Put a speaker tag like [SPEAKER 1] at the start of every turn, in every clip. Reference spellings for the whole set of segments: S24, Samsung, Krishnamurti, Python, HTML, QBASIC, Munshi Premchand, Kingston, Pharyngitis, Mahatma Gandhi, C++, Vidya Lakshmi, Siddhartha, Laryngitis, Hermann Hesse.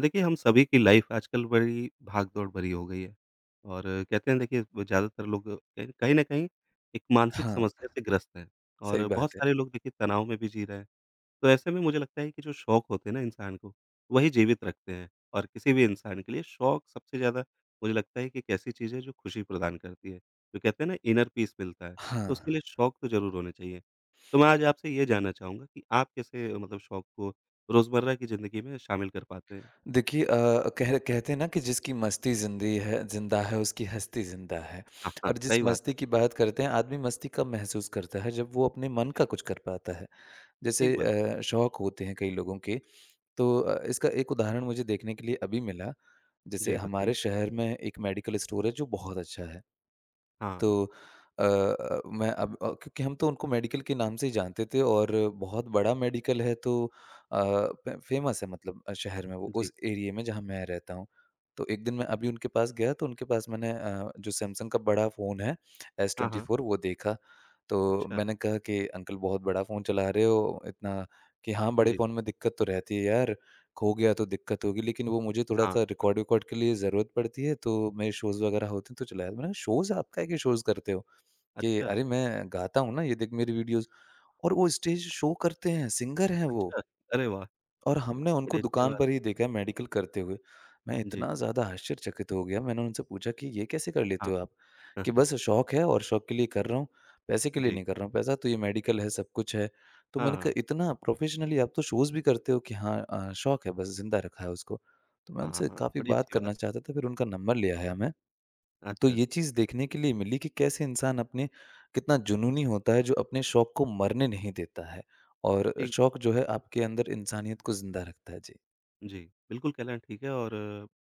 [SPEAKER 1] देखिए, हम सभी की लाइफ़ आजकल बड़ी भाग-दौड़ भरी हो गई है और कहते हैं देखिए ब ज़्यादातर लोग कहीं कहीं न कहीं एक मानसिक
[SPEAKER 2] हाँ,
[SPEAKER 1] समस्या से ग्रस्त हैं
[SPEAKER 2] सही
[SPEAKER 1] और बहुत
[SPEAKER 2] बात है।
[SPEAKER 1] सारे लोग देखिए तनाव में भी जी रहे हैं। तो ऐसे में मुझे लगता है कि जो शौक होते हैं ना इंसान को, वही जीवित रखते हैं और किसी भी इंसान के लिए शौक सबसे ज़्यादा मुझे लगता है कि एक ऐसी चीज़ है जो खुशी प्रदान करती है। जो कहते हैं ना इनर पीस मिलता है,
[SPEAKER 2] हाँ,
[SPEAKER 1] तो उसके लिए शौक तो ज़रूर होने चाहिए। तो मैं आज आपसे ये जानना चाहूँगा कि आप कैसे मतलब शौक को रोज़मर्रा की ज़िंदगी में शामिल कर पाते हैं?
[SPEAKER 2] देखिए कह कहते हैं ना कि जिसकी मस्ती ज़िंदी है ज़िंदा है उसकी हस्ती ज़िंदा है
[SPEAKER 1] हाँ, हाँ,
[SPEAKER 2] और जिस
[SPEAKER 1] सही बात है।
[SPEAKER 2] मस्ती की बात करते हैं आदमी मस्ती कब महसूस करता है जब वो अपने मन का
[SPEAKER 1] जी,
[SPEAKER 2] कुछ कर पाता है।
[SPEAKER 1] ठीक
[SPEAKER 2] जैसे
[SPEAKER 1] बात है।
[SPEAKER 2] शौक होते हैं कई लोगों के। तो इसका एक उदाहरण मुझे देखने के लिए अभी मिला। जैसे
[SPEAKER 1] जी, बताइए?
[SPEAKER 2] हमारे शहर में एक मेडिकल स्टोर है जो बहुत अच्छा है।
[SPEAKER 1] हाँ,
[SPEAKER 2] तो मैं अब क्योंकि हम तो उनको मेडिकल के नाम से ही जानते थे और बहुत बड़ा मेडिकल है, तो अ, फ फ़ेमस है मतलब शहर में, वो
[SPEAKER 1] जी।
[SPEAKER 2] उस एरिये में जहाँ मैं रहता हूँ। तो एक दिन मैं अभी उनके पास गया तो उनके पास मैंने जो सैमसंग का बड़ा फ़ोन है एस
[SPEAKER 1] हाँ, हाँ,
[SPEAKER 2] 24 वो देखा। तो
[SPEAKER 1] अच्छा,
[SPEAKER 2] मैंने कहा कि अंकल बहुत बड़ा फ़ोन चला रहे हो इतना। कि हाँ, बड़े
[SPEAKER 1] जी,
[SPEAKER 2] फ़ोन में दिक्कत तो रहती है यार। खो गया तो दिक्कत होगी, लेकिन वो मुझे
[SPEAKER 1] हाँ,
[SPEAKER 2] थोड़ा-सा रिकॉर्ड-विकॉर्ड के लिए ज़रूरत पड़ती है, तो मेरे शोज़ वगैरह होते हैं, तो चलाया। मैंने कहा, "शोज़ आपका है कि शोज़ करते हो?" कि,
[SPEAKER 1] अच्छा,
[SPEAKER 2] "अरे! मैं गाता हूँ ना, ये देख मेरी वीडियोज़।" और वो स्टेज शो करते हैं, सिंगर हैं वो।
[SPEAKER 1] अच्छा, अरे वाह!
[SPEAKER 2] और हमने उनको
[SPEAKER 1] बड़ी अच्छी
[SPEAKER 2] दुकान
[SPEAKER 1] बात
[SPEAKER 2] पर ही देखा मेडिकल करते हुए। मैं
[SPEAKER 1] है। जी,
[SPEAKER 2] इतना ज़्यादा आश्चर्यचकित हो गया, मैंने उनसे पूछा कि ये कैसे कर लेते
[SPEAKER 1] हाँ,
[SPEAKER 2] हो आप?
[SPEAKER 1] हाँ,
[SPEAKER 2] कि
[SPEAKER 1] हाँ,
[SPEAKER 2] बस शौक है और शौक के लिए कर रहा हूँ, पैसे के लिए
[SPEAKER 1] जी,
[SPEAKER 2] नहीं कर रहा हूँ। पैसा तो ये मेडिकल है, सब कुछ है। तो
[SPEAKER 1] हाँ,
[SPEAKER 2] मैंने कहा
[SPEAKER 1] हाँ,
[SPEAKER 2] इतना प्रोफ़ेशनली आप तो शोज़ भी करते हो। कि हाँ, शौक है बस, ज़िंदा रखा है उसको। तो मैं
[SPEAKER 1] हाँ,
[SPEAKER 2] उनसे
[SPEAKER 1] हाँ,
[SPEAKER 2] काफ़ी
[SPEAKER 1] बड़ी
[SPEAKER 2] बात
[SPEAKER 1] अच्छी बात
[SPEAKER 2] करना चाहता था, फिर उनका नंबर लिया है हमने।
[SPEAKER 1] है।
[SPEAKER 2] तो
[SPEAKER 1] अच्छा,
[SPEAKER 2] ये चीज़ देखने के लिए मिली कि कैसे इंसान अपने कितना जुनूनी होता है जो अपने शौक को मरने नहीं देता है और
[SPEAKER 1] ठीक
[SPEAKER 2] शौक जो है आपके अंदर इंसानियत को ज़िंदा रखता है। जी।
[SPEAKER 1] जी, बिल्कुल कहना ठीक है और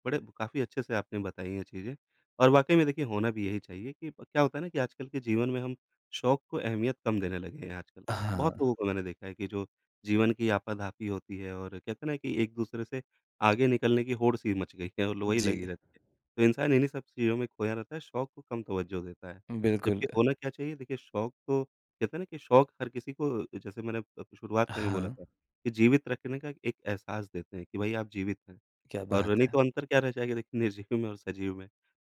[SPEAKER 1] बड़े काफ़ी अच्छे से आपने बताई ये चीज़ें और वाक़ई में देखिए होना भी यही चाहिए कि क्या होता है ना कि आजकल के जीवन में हम शौक को अहमियत कम देने लगे हैं आजकल। बहुत
[SPEAKER 2] हाँ।
[SPEAKER 1] लोगों को मैंने देखा है कि जो जीवन की आपाधापी होती है और कहते हैं ना कि एक-दूसरे से आगे निकलने की होड़-सी मच गई है और ल वही
[SPEAKER 2] जी,
[SPEAKER 1] लगी रहती है। तो इंसान इन्हीं सब चीज़ों में खोया रहता है, शौक को कम तवज्जो देता है।
[SPEAKER 2] बिल्कुल।
[SPEAKER 1] जबकि होना क्या चाहिए देखिए शौक तो कहते हैं ना कि शौक हर किसी को जैसे मैंने शुरुआत में भी बोला
[SPEAKER 2] हाँ,
[SPEAKER 1] था कि जीवित रखने का एक एहसास देते हैं कि भई आप जीवित हैं
[SPEAKER 2] क्या
[SPEAKER 1] और
[SPEAKER 2] बात
[SPEAKER 1] नहीं
[SPEAKER 2] है।
[SPEAKER 1] तो अंतर क्या रह जाएगा देखिए निर्जीव में और सजीव में।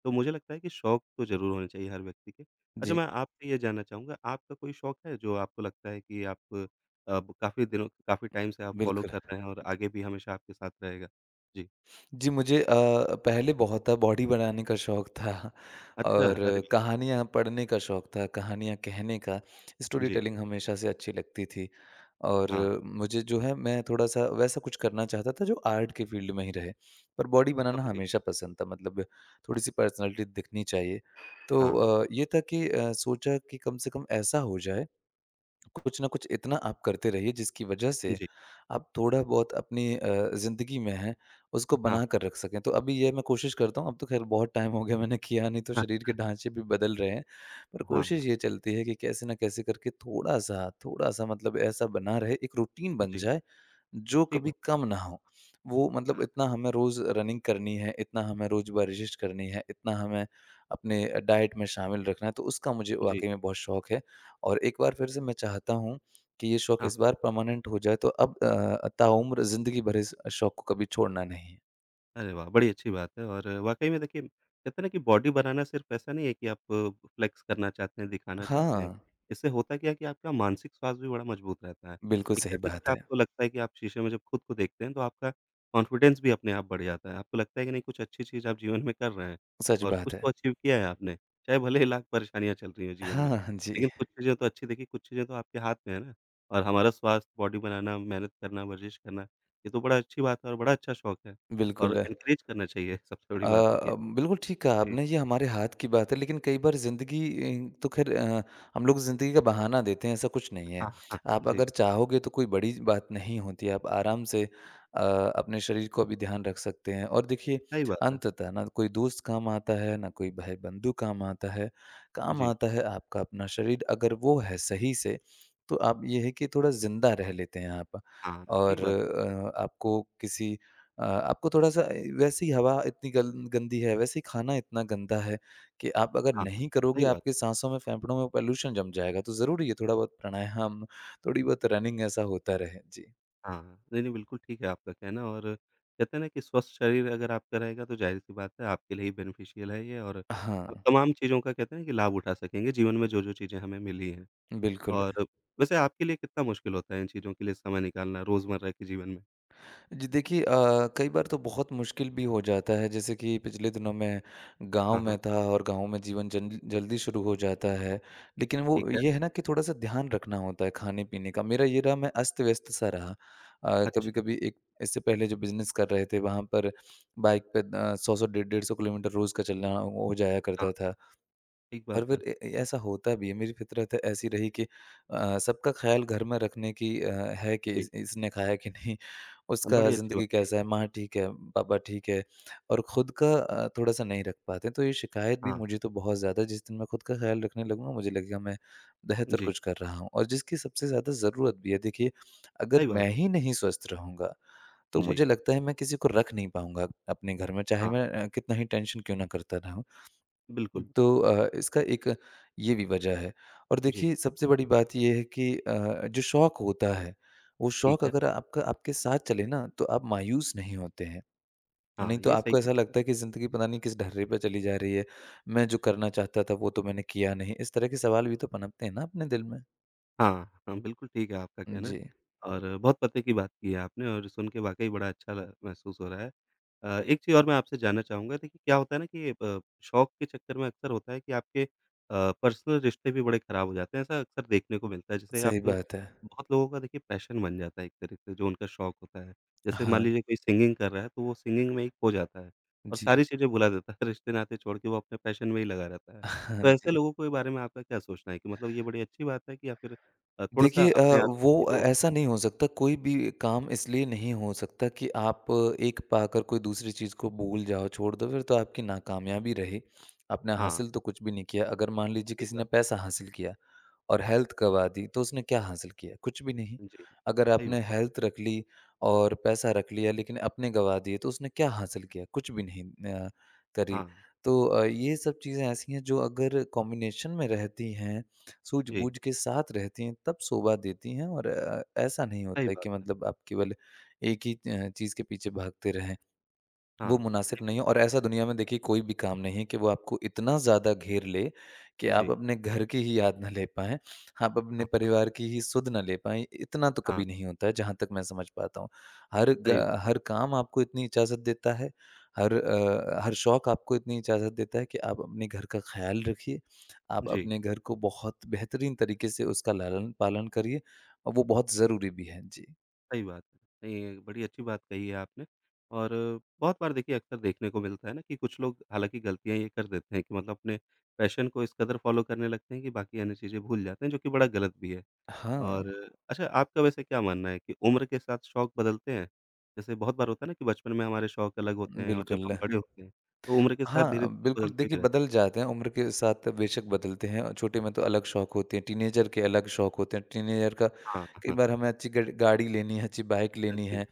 [SPEAKER 1] तो मुझे लगता है कि शौक तो ज़रूर होने चाहिए हर व्यक्ति के। अच्छा
[SPEAKER 2] जी,
[SPEAKER 1] मैं आपसे ये जानना चाहूँगा आपका कोई शौक है जो आपको लगता है कि आप अब काफ़ी दिनों काफ़ी टाइम से आप फ़ॉलो
[SPEAKER 2] बिल्कुल।
[SPEAKER 1] कर रहे हैं और आगे भी हमेशा आपके साथ रहेगा? जी।
[SPEAKER 2] जी, मुझे पहले बहुत था, बॉडी बनाने का शौक था
[SPEAKER 1] अच्छा,
[SPEAKER 2] और
[SPEAKER 1] अरे वाह!
[SPEAKER 2] कहानियाँ पढ़ने का शौक था, कहानियाँ कहने का। स्टोरी
[SPEAKER 1] जी,
[SPEAKER 2] टेलिंग हमेशा से अच्छी लगती थी और
[SPEAKER 1] हाँ,
[SPEAKER 2] मुझे जो है, मैं थोड़ा-सा वैसा कुछ करना चाहता था जो आर्ट के फील्ड में ही रहे। पर बॉडी बनाना
[SPEAKER 1] समझ गया।
[SPEAKER 2] हमेशा पसंद था, मतलब थोड़ी-सी पर्सनैलिटी दिखनी चाहिए। तो
[SPEAKER 1] हाँ,
[SPEAKER 2] ये था कि सोचा कि कम से कम ऐसा हो जाए, कुछ न कुछ इतना आप करते रहिए जिसकी वजह से
[SPEAKER 1] जी।
[SPEAKER 2] आप थोड़ा बहुत अपनी ज़िंदगी में हैं उसको
[SPEAKER 1] हाँ,
[SPEAKER 2] बना कर
[SPEAKER 1] हाँ।
[SPEAKER 2] रख सकें। तो अभी ये मैं कोशिश करता हूँ, अब तो ख़ैर बहुत टाइम हो गया मैंने किया नहीं, तो शरीर के
[SPEAKER 1] अच्छा,
[SPEAKER 2] ढाँचे भी बदल रहे हैं। पर
[SPEAKER 1] हाँ,
[SPEAKER 2] कोशिश ये चलती है कि कैसे न कैसे करके थोड़ा-सा, थोड़ा-सा मतलब ऐसा बना रहे, एक रूटीन बन
[SPEAKER 1] जी।
[SPEAKER 2] जाए जो
[SPEAKER 1] ठीक
[SPEAKER 2] कभी
[SPEAKER 1] बात।
[SPEAKER 2] कम ना हो। वो मतलब इतना हमें रोज़ रनिंग करनी है, इतना हमें रोज़ वर्जिश करनी है, इतना हमें अपने डाइट में शामिल रखना है, तो उसका मुझे
[SPEAKER 1] जी,
[SPEAKER 2] वाक़ई में बहुत शौक है। और एक बार फिर से मैं चाहता हूँ कि ये शौक
[SPEAKER 1] हाँ।
[SPEAKER 2] इस बार पर्मानेंट हो जाए, तो अब ताउम्र ज़िंदगी भर इस शौक को कभी छोड़ना नहीं है।
[SPEAKER 1] अरे वाह! बड़ी अच्छी बात है और वाक़ई में देखिए कहते हैं ना कि बॉडी बनाना सिर्फ़ ऐसा नहीं है कि आप फ्लेक्स करना चाहते हैं, दिखाना चाहते हैं।
[SPEAKER 2] हाँ,
[SPEAKER 1] इससे होता क्या है कि आपका मानसिक स्वास्थ्य भी बड़ा मज़बूत रहता है।
[SPEAKER 2] बिल्कुल
[SPEAKER 1] एक
[SPEAKER 2] सही
[SPEAKER 1] कहते हैं ना
[SPEAKER 2] बात
[SPEAKER 1] कि
[SPEAKER 2] है।
[SPEAKER 1] आपको लगता है कि आप शीशे में जब खुद को देखते हैं तो आपका कॉन्फिडेंस भी अपने आप बढ़ जाता है। आपको लगता है कि नहीं कुछ अच्छी चीज़ आप जीवन में कर रहे हैं
[SPEAKER 2] सच
[SPEAKER 1] और
[SPEAKER 2] बात
[SPEAKER 1] कुछ
[SPEAKER 2] है।
[SPEAKER 1] तो अचीव किया है आपने, चाहे भले ही लाख परेशानियाँ चल रही हों जीवन में।
[SPEAKER 2] हाँ, हाँ जी,
[SPEAKER 1] लेकिन कुछ चीज़ें तो अच्छी देखिए कुछ चीज़ें तो आपके हाथ में है ना। और हमारा स्वास्थ्य, बॉडी बनाना, मेहनत करना, वर्जिश करना, ये तो बड़ा अच्छी बात है और बड़ा अच्छा शौक है। और
[SPEAKER 2] बिल्कुल।
[SPEAKER 1] एनकरेज करना चाहिए सबसे बड़ी बात है कि
[SPEAKER 2] बिल्कुल ठीक कहा
[SPEAKER 1] जी,
[SPEAKER 2] आपने, ये हमारे हाथ की बात है, लेकिन कई बार ज़िंदगी तो ख़ैर हम लोग ज़िंदगी का बहाना देते हैं, ऐसा कुछ नहीं है।
[SPEAKER 1] हाँ, हाँ,
[SPEAKER 2] आप अगर
[SPEAKER 1] जी,
[SPEAKER 2] चाहोगे तो कोई बड़ी बात नहीं होती, आप आराम से अ, अपने शरीर को भी ध्यान रख सकते हैं और देखिए
[SPEAKER 1] सही बात है।
[SPEAKER 2] अंततः ना कोई दोस्त काम आता है, ना कोई भाई-बंधु काम
[SPEAKER 1] जी,
[SPEAKER 2] आता है आपका अपना शरीर, अगर वो है सही से, तो आप ये है कि थोड़ा ज़िंदा रह लेते हैं आप।
[SPEAKER 1] हाँ, ठीक
[SPEAKER 2] और
[SPEAKER 1] बात है।
[SPEAKER 2] आपको थोड़ा-सा, वैसे ही हवा इतनी गल गंदी है, वैसे ही खाना इतना गंदा है कि आप अगर
[SPEAKER 1] हाँ,
[SPEAKER 2] नहीं करोगे
[SPEAKER 1] सही बात
[SPEAKER 2] आपकी
[SPEAKER 1] है।
[SPEAKER 2] साँसों में, फेफड़ों में पोल्यूशन जम जाएगा। तो ज़रूरी है थोड़ा बहुत प्राणायाम, थोड़ी बहुत रनिंग ऐसा होता रहे। जी।
[SPEAKER 1] हाँ, नहीं, नहीं, बिल्कुल ठीक है आपका कहना और कहते हैं ना कि स्वस्थ शरीर अगर आपका रहेगा तो ज़ाहिर-सी बात है आपके लिए ही बेनिफिशियल है ये और आप
[SPEAKER 2] हाँ,
[SPEAKER 1] तमाम चीज़ों का कहते हैं ना कि लाभ उठा सकेंगे जीवन में जो-जो चीज़ें हमें मिली हैं।
[SPEAKER 2] बिल्कुल।
[SPEAKER 1] और वैसे आपके लिए कितना मुश्किल होता है इन चीज़ों के लिए समय निकालना रोज़मर्रा के जीवन में?
[SPEAKER 2] जी देखिए, कई बार तो बहुत मुश्किल भी हो जाता है, जैसे कि पिछले दिनों मैं गांव
[SPEAKER 1] हाँ,
[SPEAKER 2] में
[SPEAKER 1] हाँ,
[SPEAKER 2] था और गांव में जीवन जल्दी शुरू हो जाता है, लेकिन वो
[SPEAKER 1] ठीक है।
[SPEAKER 2] ये है ना कि थोड़ा सा ध्यान रखना होता है खाने पीने का। मेरा ये रहा मैं अस्त व्यस्त सा रहा,
[SPEAKER 1] अच्छा,
[SPEAKER 2] कभी कभी एक इससे पहले जो बिजनेस कर रहे थे वहां पर बाइक पे सौ सौ डेढ़ डेढ़ सौ किलोमीटर रोज का चलना हो जाया
[SPEAKER 1] हाँ,
[SPEAKER 2] करता था।
[SPEAKER 1] ठीक
[SPEAKER 2] और
[SPEAKER 1] बात है।
[SPEAKER 2] फिर ए ए ऐसा होता भी है, मेरी फ़ितरत ऐसी रही कि सबका ख़्याल घर में रखने की है कि
[SPEAKER 1] जी,
[SPEAKER 2] इस इसने खाया कि नहीं,
[SPEAKER 1] हाँ,
[SPEAKER 2] उसका
[SPEAKER 1] बड़ी अच्छी
[SPEAKER 2] ज़िंदगी
[SPEAKER 1] बात है ये।
[SPEAKER 2] कैसा है, माँ ठीक है, पापा ठीक है, और खुद का थोड़ा-सा नहीं रख पाते। तो ये शिकायत भी
[SPEAKER 1] हाँ,
[SPEAKER 2] मुझे तो बहुत ज़्यादा, जिस दिन मैं खुद का ख़्याल रखने लगूँगा, मुझे लगेगा मैं बेहतर
[SPEAKER 1] जी,
[SPEAKER 2] कुछ कर रहा हूँ और जिसकी सबसे ज़्यादा ज़रूरत भी है। देखिए, अगर
[SPEAKER 1] सही बात
[SPEAKER 2] मैं
[SPEAKER 1] है।
[SPEAKER 2] ही नहीं स्वस्थ रहूँगा, तो
[SPEAKER 1] जी,
[SPEAKER 2] मुझे लगता है मैं किसी को रख नहीं पाऊँगा अपने घर में, चाहे
[SPEAKER 1] हाँ।
[SPEAKER 2] मैं कितना ही टेंशन क्यों ना करता रहूँ।
[SPEAKER 1] बिल्कुल।
[SPEAKER 2] तो इसका एक ये भी वजह है। और
[SPEAKER 1] जी,
[SPEAKER 2] देखिए सबसे बड़ी बात ये है कि जो शौक होता है, वो
[SPEAKER 1] ठीक
[SPEAKER 2] शौक
[SPEAKER 1] है।
[SPEAKER 2] अगर आपका आपके साथ चले ना, तो आप मायूस नहीं होते हैं। नहीं
[SPEAKER 1] हाँ,
[SPEAKER 2] तो
[SPEAKER 1] ये सही
[SPEAKER 2] आपको ऐसा
[SPEAKER 1] कहा।
[SPEAKER 2] लगता है कि ज़िंदगी पता नहीं किस ढर्रे पे चली जा रही है, मैं जो करना चाहता था वो तो मैंने किया नहीं। इस तरह के सवाल भी तो पनपते हैं ना अपने दिल में।
[SPEAKER 1] हाँ, हाँ, बिल्कुल ठीक है आपका कहना
[SPEAKER 2] जी,
[SPEAKER 1] और बहुत पते की बात की है आपने और सुन के वाक़ई बड़ा अच्छा ल महसूस हो रहा है। एक चीज़ और मैं आपसे जानना चाहूँगा देखिए क्या होता है ना कि शौक के चक्कर में अक्सर होता है कि आपके पर्सनल रिश्ते भी बड़े ख़राब हो जाते हैं, ऐसा अक्सर देखने को मिलता है। जैसे आप
[SPEAKER 2] सही बात है।
[SPEAKER 1] बहुत लोगों का देखिए पैशन बन जाता है एक तरीके से जो उनका शौक होता है। जैसे मान
[SPEAKER 2] हाँ,
[SPEAKER 1] लीजिए कोई सिंगिंग कर रहा है, तो वो सिंगिंग में ही खो जाता है और
[SPEAKER 2] जी।
[SPEAKER 1] सारी चीज़ें भुला देता है, रिश्ते-नाते छोड़ के वो अपने पैशन में ही लगा रहता है। तो
[SPEAKER 2] हाँ
[SPEAKER 1] ऐसे
[SPEAKER 2] जी।
[SPEAKER 1] लोगों के बारे में आपका क्या सोचना है कि मतलब ये बड़ी अच्छी बात है कि या फिर थोड़ा-सा
[SPEAKER 2] देखिए,
[SPEAKER 1] अपने आस के लोगों
[SPEAKER 2] ऐसा
[SPEAKER 1] का ध्यान
[SPEAKER 2] नहीं हो सकता, कोई भी काम इसलिए नहीं हो सकता कि आप एक पाकर कोई दूसरी चीज़ को भूल जाओ, छोड़ दो, फिर तो आपकी नाकामयाबी रही। आपने
[SPEAKER 1] हाँ,
[SPEAKER 2] हासिल तो कुछ भी नहीं किया। अगर मान लीजिए
[SPEAKER 1] ठीक
[SPEAKER 2] किसी ने
[SPEAKER 1] बात
[SPEAKER 2] पैसा हासिल किया और हेल्थ गँवा दी, तो उसने क्या हासिल किया? कुछ भी नहीं।
[SPEAKER 1] है। जी,
[SPEAKER 2] अगर
[SPEAKER 1] सही
[SPEAKER 2] आपने
[SPEAKER 1] बात
[SPEAKER 2] हेल्थ रख ली और पैसा रख लिया लेकिन अपने गँवा दिए, तो उसने क्या हासिल किया? कुछ भी नहीं अ, करी।
[SPEAKER 1] हाँ,
[SPEAKER 2] तो ये सब चीज़ें ऐसी हैं जो अगर कॉम्बिनेशन में रहती हैं,
[SPEAKER 1] जी,
[SPEAKER 2] सूझबूझ के साथ रहती हैं, तब शोभा देती हैं। और ऐसा नहीं
[SPEAKER 1] सही
[SPEAKER 2] होता है
[SPEAKER 1] बात
[SPEAKER 2] कि
[SPEAKER 1] है।
[SPEAKER 2] मतलब आप केवल एक ही चीज़ के पीछे भागते रहें।
[SPEAKER 1] हाँ,
[SPEAKER 2] वो मुनासिब
[SPEAKER 1] नहीं
[SPEAKER 2] नहीं
[SPEAKER 1] बिल
[SPEAKER 2] है। और ऐसा दुनिया में देखिए कोई भी काम नहीं है कि वो आपको इतना ज़्यादा घेर ले कि आप
[SPEAKER 1] जी,
[SPEAKER 2] अपने घर की ही याद ना ले पाएँ, आप अपने
[SPEAKER 1] हाँ,
[SPEAKER 2] परिवार की ही सुध ना ले पाएँ, इतना तो
[SPEAKER 1] हाँ,
[SPEAKER 2] कभी नहीं होता है जहाँ तक मैं समझ पाता हूँ।
[SPEAKER 1] सही बात है।
[SPEAKER 2] हर काम आपको इतनी इजाज़त देता है, हर शौक आपको इतनी इजाज़त देता है कि आप अपने घर का ख़्याल रखिए, आप
[SPEAKER 1] जी,
[SPEAKER 2] अपने घर को बहुत बेहतरीन तरीके से उसका लालन पालन करिए और वो बहुत ज़रूरी भी है। जी।
[SPEAKER 1] सही बात है। नहीं, बड़ी अच्छी बात कही है आपने और बहुत बार देखिए अक्सर देखने को मिलता है ना कि कुछ लोग हालाँकि गलतियाँ ये कर देते हैं कि मतलब अपने पैशन को इस कदर फ़ॉलो करने लगते हैं कि बाकी अन्य चीज़ें भूल जाते हैं, जो कि बड़ा गलत भी है। और
[SPEAKER 2] हाँ,
[SPEAKER 1] अच्छा आपका वैसे क्या मानना है कि उम्र के साथ शौक बदलते हैं? जैसे बहुत बार होता है ना कि बचपन में हमारे शौक अलग होते हैं और जब
[SPEAKER 2] बिल्कुल।
[SPEAKER 1] हम बड़े होते हैं, तो उम्र के साथ
[SPEAKER 2] हाँ,
[SPEAKER 1] धीरे-धीरे
[SPEAKER 2] बिल्कुल
[SPEAKER 1] बदलते
[SPEAKER 2] देखिए
[SPEAKER 1] भी रहते
[SPEAKER 2] बदल
[SPEAKER 1] हैं।
[SPEAKER 2] जाते हैं, उम्र के साथ बेशक बदलते हैं। और छोटे में तो अलग शौक होते हैं, टीनेजर के अलग शौक होते हैं। टीनेजर का
[SPEAKER 1] हाँ,
[SPEAKER 2] कई
[SPEAKER 1] हाँ।
[SPEAKER 2] बार हमें अच्छी गड गाड़ी लेनी है, अच्छी बाइक
[SPEAKER 1] हाँ
[SPEAKER 2] लेनी
[SPEAKER 1] जी,
[SPEAKER 2] है।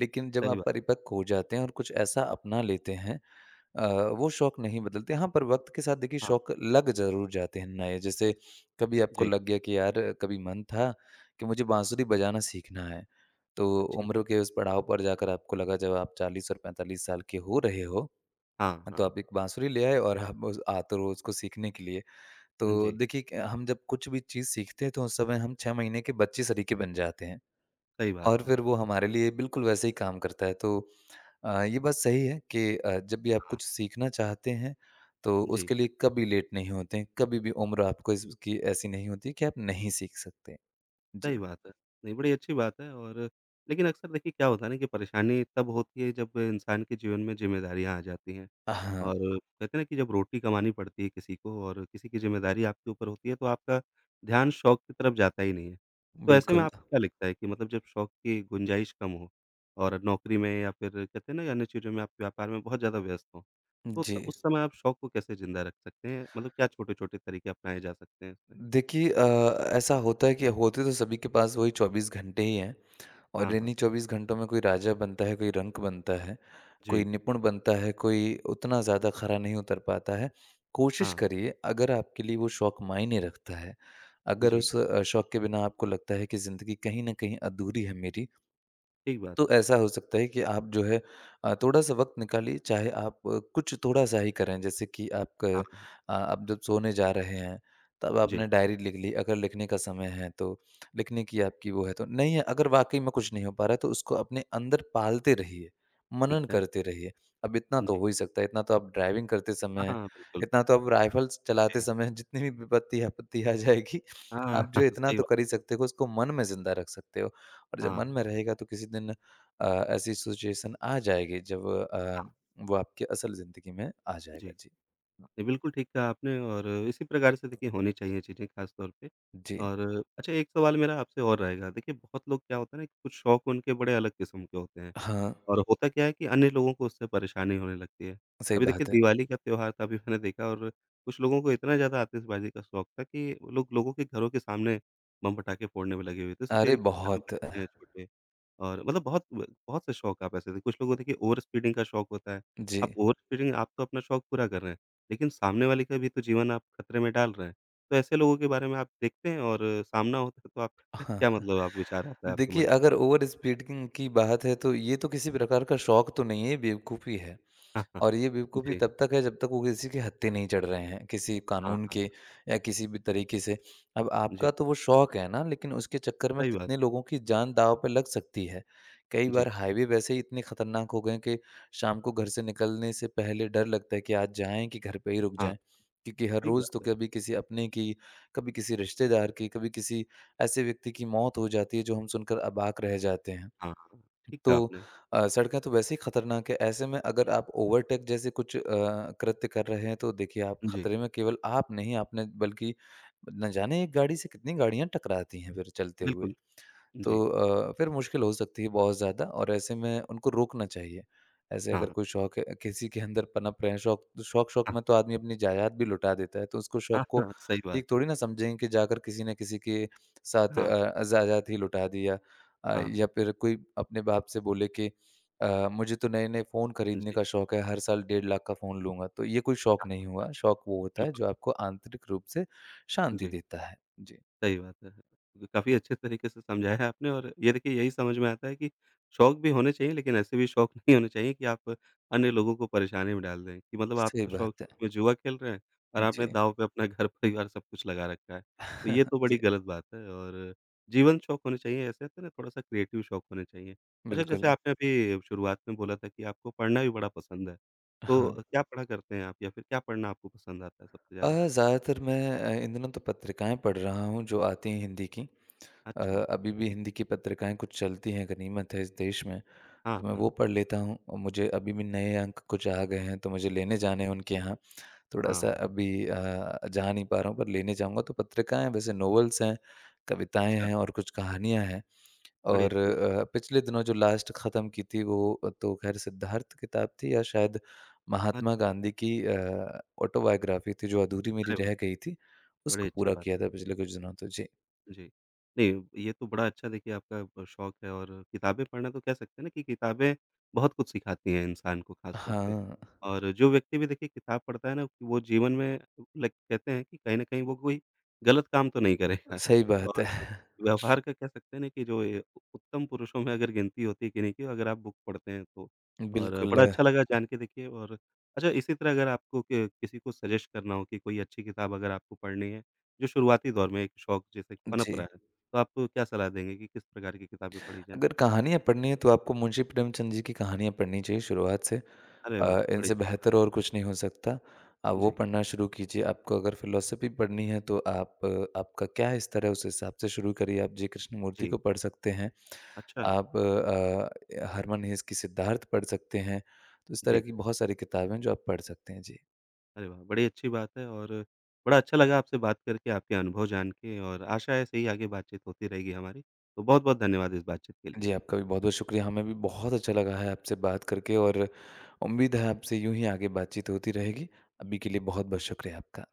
[SPEAKER 2] लेकिन जब
[SPEAKER 1] सही
[SPEAKER 2] आप
[SPEAKER 1] बात।
[SPEAKER 2] परिपक्व हो जाते हैं और कुछ ऐसा अपना लेते हैं अ, वो शौक नहीं बदलते। हाँ, पर वक़्त के साथ देखिए
[SPEAKER 1] हाँ,
[SPEAKER 2] शौक लग ज़रूर जाते हैं नए। जैसे कभी आपको
[SPEAKER 1] जी,
[SPEAKER 2] लग गया कि यार कभी मन था कि मुझे बाँसुरी बजाना सीखना है। तो
[SPEAKER 1] अच्छी
[SPEAKER 2] उम्र
[SPEAKER 1] बात
[SPEAKER 2] के
[SPEAKER 1] है।
[SPEAKER 2] उस पड़ाव पर जाकर आपको लगा जब आप 40 और 45 साल के हो रहे हो,
[SPEAKER 1] हाँ,
[SPEAKER 2] हाँ, तो
[SPEAKER 1] हाँ।
[SPEAKER 2] आप एक बाँसुरी ले आए और हम उस आते रोज़ को सीखने के लिए।
[SPEAKER 1] हाँ
[SPEAKER 2] तो
[SPEAKER 1] जी,
[SPEAKER 2] देखिए, क हम जब कुछ भी चीज़ सीखते हैं तो उस समय हम 6 महीने के बच्चे सरीखे बन जाते हैं
[SPEAKER 1] सही बात
[SPEAKER 2] और
[SPEAKER 1] है।
[SPEAKER 2] फिर वो हमारे लिए बिल्कुल वैसे ही काम करता है। तो ये बात सही है कि जब भी आप
[SPEAKER 1] हाँ,
[SPEAKER 2] कुछ सीखना चाहते हैं तो
[SPEAKER 1] जी।
[SPEAKER 2] उसके लिए कभी लेट नहीं होते हैं, कभी भी उम्र आपको इसकी ऐसी नहीं होती कि आप नहीं सीख सकते। जी।
[SPEAKER 1] सही बात है। नहीं, बड़ी अच्छी बात है और लेकिन अक्सर देखिए क्या होता है ना कि परेशानी तब होती है जब इंसान के जीवन में ज़िम्मेदारियाँ आ जाती हैं।
[SPEAKER 2] हाँ,
[SPEAKER 1] और कहते हैं ना कि जब रोटी कमानी पड़ती है किसी को और किसी की ज़िम्मेदारी आपके ऊपर होती है तो आपका ध्यान शौक की तरफ जाता ही नहीं है। तो ऐसे में
[SPEAKER 2] बिल्कुल।
[SPEAKER 1] आपको क्या लगता है कि मतलब जब शौक की गुंजाइश कम हो और नौकरी में या फिर कहते हैं ना कि अन्य चीज़ों में आप व्यापार में बहुत ज़्यादा व्यस्त हों, तो
[SPEAKER 2] जी।
[SPEAKER 1] त उस समय आप शौक को कैसे ज़िंदा रख सकते हैं? मतलब क्या छोटे-छोटे तरीके अपनाए जा सकते हैं इसमें?
[SPEAKER 2] देखिए ऐसा होता है कि होते तो सभी के पास वही 24 घंटे ही हैं। और
[SPEAKER 1] हाँ, हाँ।
[SPEAKER 2] इन्हीं 24 घंटों में कोई राजा बनता है, कोई रंक बनता है, कोई
[SPEAKER 1] जी।
[SPEAKER 2] निपुण बनता है, कोई उतना ज़्यादा खरा नहीं उतर पाता है। कोशिश
[SPEAKER 1] हाँ, हाँ।
[SPEAKER 2] करिए, अगर आपके लिए वो शौक मायने रखता है, अगर
[SPEAKER 1] जी।
[SPEAKER 2] उस शौक के बिना आपको लगता है कि ज़िंदगी कहीं न कहीं अधूरी है मेरी,
[SPEAKER 1] ठीक बात
[SPEAKER 2] तो
[SPEAKER 1] है।
[SPEAKER 2] ऐसा हो सकता है कि आप जो है थोड़ा-सा वक़्त निकालिए, चाहे आप कुछ थोड़ा-सा ही करें। जैसे कि आप
[SPEAKER 1] हाँ, हाँ।
[SPEAKER 2] अ, आप जब सोने जा रहे हैं, तब
[SPEAKER 1] जी,
[SPEAKER 2] आपने डायरी लिख ली, अगर लिखने का समय है तो, लिखने की आपकी वो है तो। नहीं है, अगर वाक़ई में कुछ नहीं हो पा रहा है, तो उसको अपने अंदर पालते रहिए,
[SPEAKER 1] ठीक
[SPEAKER 2] मनन
[SPEAKER 1] है।
[SPEAKER 2] करते रहिए। अब इतना तो
[SPEAKER 1] जी।
[SPEAKER 2] हो ही सकता है, इतना तो आप ड्राइविंग करते
[SPEAKER 1] हाँ,
[SPEAKER 2] समय,
[SPEAKER 1] हाँ, बिल्कुल।
[SPEAKER 2] इतना तो आप राइफ़ल्स चलाते
[SPEAKER 1] जी।
[SPEAKER 2] समय जितनी भी विपत्ति आपत्ति आ जाएगी,
[SPEAKER 1] हाँ,
[SPEAKER 2] आप जो इतना
[SPEAKER 1] सही
[SPEAKER 2] तो
[SPEAKER 1] बात।
[SPEAKER 2] कर ही सकते हो, उसको मन में ज़िंदा रख सकते हो। और जब
[SPEAKER 1] हाँ,
[SPEAKER 2] मन में रहेगा तो किसी दिन ऐसी सिचुएशन आ जाएगी जब
[SPEAKER 1] हाँ।
[SPEAKER 2] वो आपकी असल ज़िंदगी में आ
[SPEAKER 1] जी।
[SPEAKER 2] जाएगा। जी।
[SPEAKER 1] नहीं, बिल्कुल ठीक कहा आपने और इसी प्रकार से देखिए होनी चाहिए चीज़ें ख़ास तौर पे।
[SPEAKER 2] जी।
[SPEAKER 1] और अच्छा एक सवाल मेरा आपसे और रहेगा। देखिए बहुत लोग क्या होता है ना, कुछ शौक उनके बड़े अलग किस्म के होते हैं।
[SPEAKER 2] हाँ,
[SPEAKER 1] और होता क्या है कि अन्य लोगों को उससे परेशानी होने लगती है।
[SPEAKER 2] सही
[SPEAKER 1] अभी देखिए
[SPEAKER 2] बात है।
[SPEAKER 1] दिवाली का त्योहार था अभी मैंने देखा और कुछ लोगों को इतना ज़्यादा आतिशबाज़ी का शौक था कि वो लोग लोगों के घरों के सामने बम पटाखे फोड़ने में लगे हुए थे। सोचिए
[SPEAKER 2] अरे!
[SPEAKER 1] घर में
[SPEAKER 2] बहुत।
[SPEAKER 1] बच्चे हैं छोटे और मतलब बहुत ब बहुत से शौक आप ऐसे थे। कुछ लोगों को देखिए ओवर स्पीडिंग का शौक होता है।
[SPEAKER 2] जी।
[SPEAKER 1] आप ओवर स्पीडिंग आप तो अपना शौक पूरा कर रहे हैं, लेकिन सामने वाले का भी तो जीवन आप खतरे में डाल रहे हैं। तो ऐसे लोगों के बारे में आप देखते हैं और सामना होता है तो आप
[SPEAKER 2] हाँ,
[SPEAKER 1] क्या
[SPEAKER 2] हाँ।
[SPEAKER 1] मतलब आप विचार आता है आपके
[SPEAKER 2] देखिए
[SPEAKER 1] मन में?
[SPEAKER 2] अगर ओवर स्पीडिंग की बात है तो ये तो किसी प्रकार का शौक तो नहीं है, ये बेवकूफ़ी है।
[SPEAKER 1] हाँ, हाँ।
[SPEAKER 2] और ये बेवकूफ़ी
[SPEAKER 1] जी।
[SPEAKER 2] तब तक है जब तक वो किसी के हत्थे नहीं चढ़ रहे हैं, किसी
[SPEAKER 1] हाँ,
[SPEAKER 2] कानून
[SPEAKER 1] हाँ।
[SPEAKER 2] के या किसी भी तरीके से। अब
[SPEAKER 1] जी।
[SPEAKER 2] आपका तो वो शौक है ना, लेकिन उसके चक्कर में
[SPEAKER 1] सही बात।
[SPEAKER 2] कितने लोगों की जान दाँव पे लग सकती है। कई बार
[SPEAKER 1] जी,
[SPEAKER 2] हाईवे वैसे ही इतने खतरनाक हो गए हैं कि शाम को घर से निकलने से पहले डर लगता है कि आज जाएँ कि घर पे ही रुक
[SPEAKER 1] हाँ,
[SPEAKER 2] जाएँ। क्योंकि हर
[SPEAKER 1] ठीक
[SPEAKER 2] रोज़ तो
[SPEAKER 1] बात है।
[SPEAKER 2] कभी किसी अपने की, कभी किसी रिश्तेदार की, कभी किसी ऐसे व्यक्ति की मौत हो जाती है जो हम सुनकर अबाक रह जाते हैं।
[SPEAKER 1] हाँ, हाँ, ठीक कहा
[SPEAKER 2] तो
[SPEAKER 1] आपने।
[SPEAKER 2] सड़कें तो वैसे ही खतरनाक है। ऐसे में अगर आप ओवरटेक जैसे कुछ कृत्य कर रहे हैं तो देखिए आप
[SPEAKER 1] जी,
[SPEAKER 2] खतरे में केवल आप नहीं आपने बल्कि न जाने एक गाड़ी से कितनी गाड़ियाँ टकराती हैं फिर चलते हुए।
[SPEAKER 1] बिल्कुल, जी,
[SPEAKER 2] तो फिर मुश्किल हो सकती है बहुत ज़्यादा और ऐसे में उनको रोकना चाहिए। ऐसे अगर
[SPEAKER 1] हाँ,
[SPEAKER 2] कोई शौक है किसी के अंदर पनप रहे हैं शौक शौक-शौक
[SPEAKER 1] हाँ,
[SPEAKER 2] में तो आदमी अपनी जायदाद भी लुटा देता है, तो उसको
[SPEAKER 1] हाँ,
[SPEAKER 2] शौक को
[SPEAKER 1] हाँ, सही बात
[SPEAKER 2] ठीक
[SPEAKER 1] है।
[SPEAKER 2] थोड़ी ना समझेंगे कि जाकर किसी न किसी के साथ
[SPEAKER 1] हाँ,
[SPEAKER 2] जायदाद ही लुटा दी या
[SPEAKER 1] हाँ,
[SPEAKER 2] या फिर कोई अपने बाप से बोले कि मुझे तो नए-नए फ़ोन खरीदने
[SPEAKER 1] जी,
[SPEAKER 2] का शौक है, हर साल 1.5 लाख का फ़ोन लूँगा, तो ये कोई शौक नहीं
[SPEAKER 1] हाँ,
[SPEAKER 2] हुआ। शौक वो होता है
[SPEAKER 1] बिल्कुल,
[SPEAKER 2] जो आपको आंतरिक रूप से शांति
[SPEAKER 1] जी।
[SPEAKER 2] देता है। जी,
[SPEAKER 1] सही बात है। काफ़ी अच्छे तरीके से समझाया आपने और ये देखिए यही समझ में आता है कि शौक भी होने चाहिए लेकिन ऐसे भी शौक नहीं होने चाहिए कि आप अन्य लोगों को परेशानी में डाल दें कि मतलब आप
[SPEAKER 2] सही
[SPEAKER 1] तो शौक
[SPEAKER 2] बात है।
[SPEAKER 1] शौक में जुआ खेल रहे हैं और आपने
[SPEAKER 2] जी,
[SPEAKER 1] दाँव पे अपना घर परिवार सब कुछ लगा रखा है। तो ये तो बड़ी
[SPEAKER 2] जी।
[SPEAKER 1] गलत बात है और जीवंत शौक होने चाहिए ऐसे होते हैं ना थोड़ा-सा क्रिएटिव शौक होने चाहिए। अच्छा जैसे
[SPEAKER 2] बिल्कुल,
[SPEAKER 1] आपने अभी शुरुआत में बोला था कि आपको पढ़ना भी बड़ा पसंद है। तो
[SPEAKER 2] हाँ।
[SPEAKER 1] क्या पढ़ा करते हैं आप या फिर क्या पढ़ना आपको पसंद आता है सबसे ज़्यादा?
[SPEAKER 2] ज़्यादातर मैं इन दिनों तो पत्रिकाएँ पढ़ रहा हूँ जो आती हैं हिंदी की। अ,
[SPEAKER 1] अच्छा,
[SPEAKER 2] अभी भी
[SPEAKER 1] ठीक
[SPEAKER 2] हिंदी
[SPEAKER 1] है।
[SPEAKER 2] की पत्रिकाएँ कुछ चलती हैं, गनीमत है इस देश में, तो
[SPEAKER 1] हाँ,
[SPEAKER 2] मैं
[SPEAKER 1] हाँ।
[SPEAKER 2] वो पढ़ लेता हूँ। और मुझे अभी भी नए अंक कुछ आ गए हैं, तो मुझे लेने जाने हैं उनके यहाँ। थोड़ा-सा
[SPEAKER 1] हाँ।
[SPEAKER 2] अभी जा नहीं पा रहा हूँ पर लेने जाऊँगा। तो पत्रिकाएँ वैसे नॉवेल्स हैं, कविताएँ
[SPEAKER 1] अच्छा,
[SPEAKER 2] हैं और कुछ कहानियाँ हैं।
[SPEAKER 1] बड़ी
[SPEAKER 2] और
[SPEAKER 1] अच्छी
[SPEAKER 2] पिछले दिनों जो लास्ट ख़त्म की थी वो तो ख़ैर सिद्धार्थ किताब थी या शायद महात्मा
[SPEAKER 1] अच्छा,
[SPEAKER 2] गांधी की ऑटोबायोग्राफ़ी थी जो अधूरी मेरी
[SPEAKER 1] अरे वाह!
[SPEAKER 2] रह गई थी,
[SPEAKER 1] बड़ी
[SPEAKER 2] उसको
[SPEAKER 1] अच्छी
[SPEAKER 2] पूरा
[SPEAKER 1] बात
[SPEAKER 2] किया
[SPEAKER 1] है।
[SPEAKER 2] था पिछले कुछ दिनों तो। जी।
[SPEAKER 1] जी। नहीं, ये तो बड़ा अच्छा देखिए आपका शौक है और किताबें पढ़ना तो कह सकते हैं ना कि किताबें बहुत कुछ सिखाती हैं इंसान को ख़ास तौर पे।
[SPEAKER 2] हाँ,
[SPEAKER 1] और जो व्यक्ति भी देखिए किताब पढ़ता है ना, कि वो जीवन में लाइक कहते हैं कि कहीं न कहीं वो कोई गलत काम तो नहीं करेगा।
[SPEAKER 2] सही बात
[SPEAKER 1] और
[SPEAKER 2] है।
[SPEAKER 1] व्यवहार का कह सकते हैं ना कि जो ये उ उत्तम पुरुषों में अगर गिनती होती है किन्हीं की अगर आप बुक पढ़ते हैं तो। और
[SPEAKER 2] बिल्कुल,
[SPEAKER 1] बड़ा अच्छा लगा जान के देखिए और अच्छा इसी तरह अगर आपको क किसी को सजेस्ट करना हो कि कोई अच्छी किताब अगर आपको पढ़नी है, जो शुरुआती दौर में एक शौक जैसे
[SPEAKER 2] जी।
[SPEAKER 1] पनप रहा है, तो आप क्या सलाह देंगे कि किस प्रकार की किताबें पढ़ी जाएँ?
[SPEAKER 2] अगर कहानियाँ पढ़नी है तो आपको मुंशी प्रेमचंद जी की कहानियाँ पढ़नी चाहिए शुरुआत से।
[SPEAKER 1] अरे वाह! बड़ी
[SPEAKER 2] इनसे
[SPEAKER 1] अच्छी बात
[SPEAKER 2] बेहतर
[SPEAKER 1] है।
[SPEAKER 2] और कुछ नहीं हो सकता। आप वो
[SPEAKER 1] जी,
[SPEAKER 2] पढ़ना शुरू कीजिए। आपको अगर फ़िलॉसफ़ी पढ़नी है तो आप आपका क्या स्तर है उस हिसाब से शुरू करिए। आप जी कृष्णमूर्ति
[SPEAKER 1] जी।
[SPEAKER 2] को पढ़ सकते हैं।
[SPEAKER 1] अच्छा,
[SPEAKER 2] आप हरमन हेस की सिद्धार्थ पढ़ सकते हैं। तो इस तरह
[SPEAKER 1] जी।
[SPEAKER 2] की बहुत सारी किताबें हैं जो आप पढ़ सकते हैं। जी।
[SPEAKER 1] अरे वाह! बड़ी अच्छी बात है और बड़ा अच्छा लगा आपसे बात करके, आपके अनुभव जान के और आशा है ऐसे ही आगे बातचीत होती रहेगी हमारी। तो बहुत-बहुत धन्यवाद इस बातचीत के लिए।
[SPEAKER 2] जी, आपका भी बहुत-बहुत शुक्रिया। हमें भी बहुत अच्छा लगा है आपसे बात करके और उम्मीद है आपसे यूँ ही आगे बातचीत होती रहेगी। अभी के लिए बहुत-बहुत शुक्रिया आपका।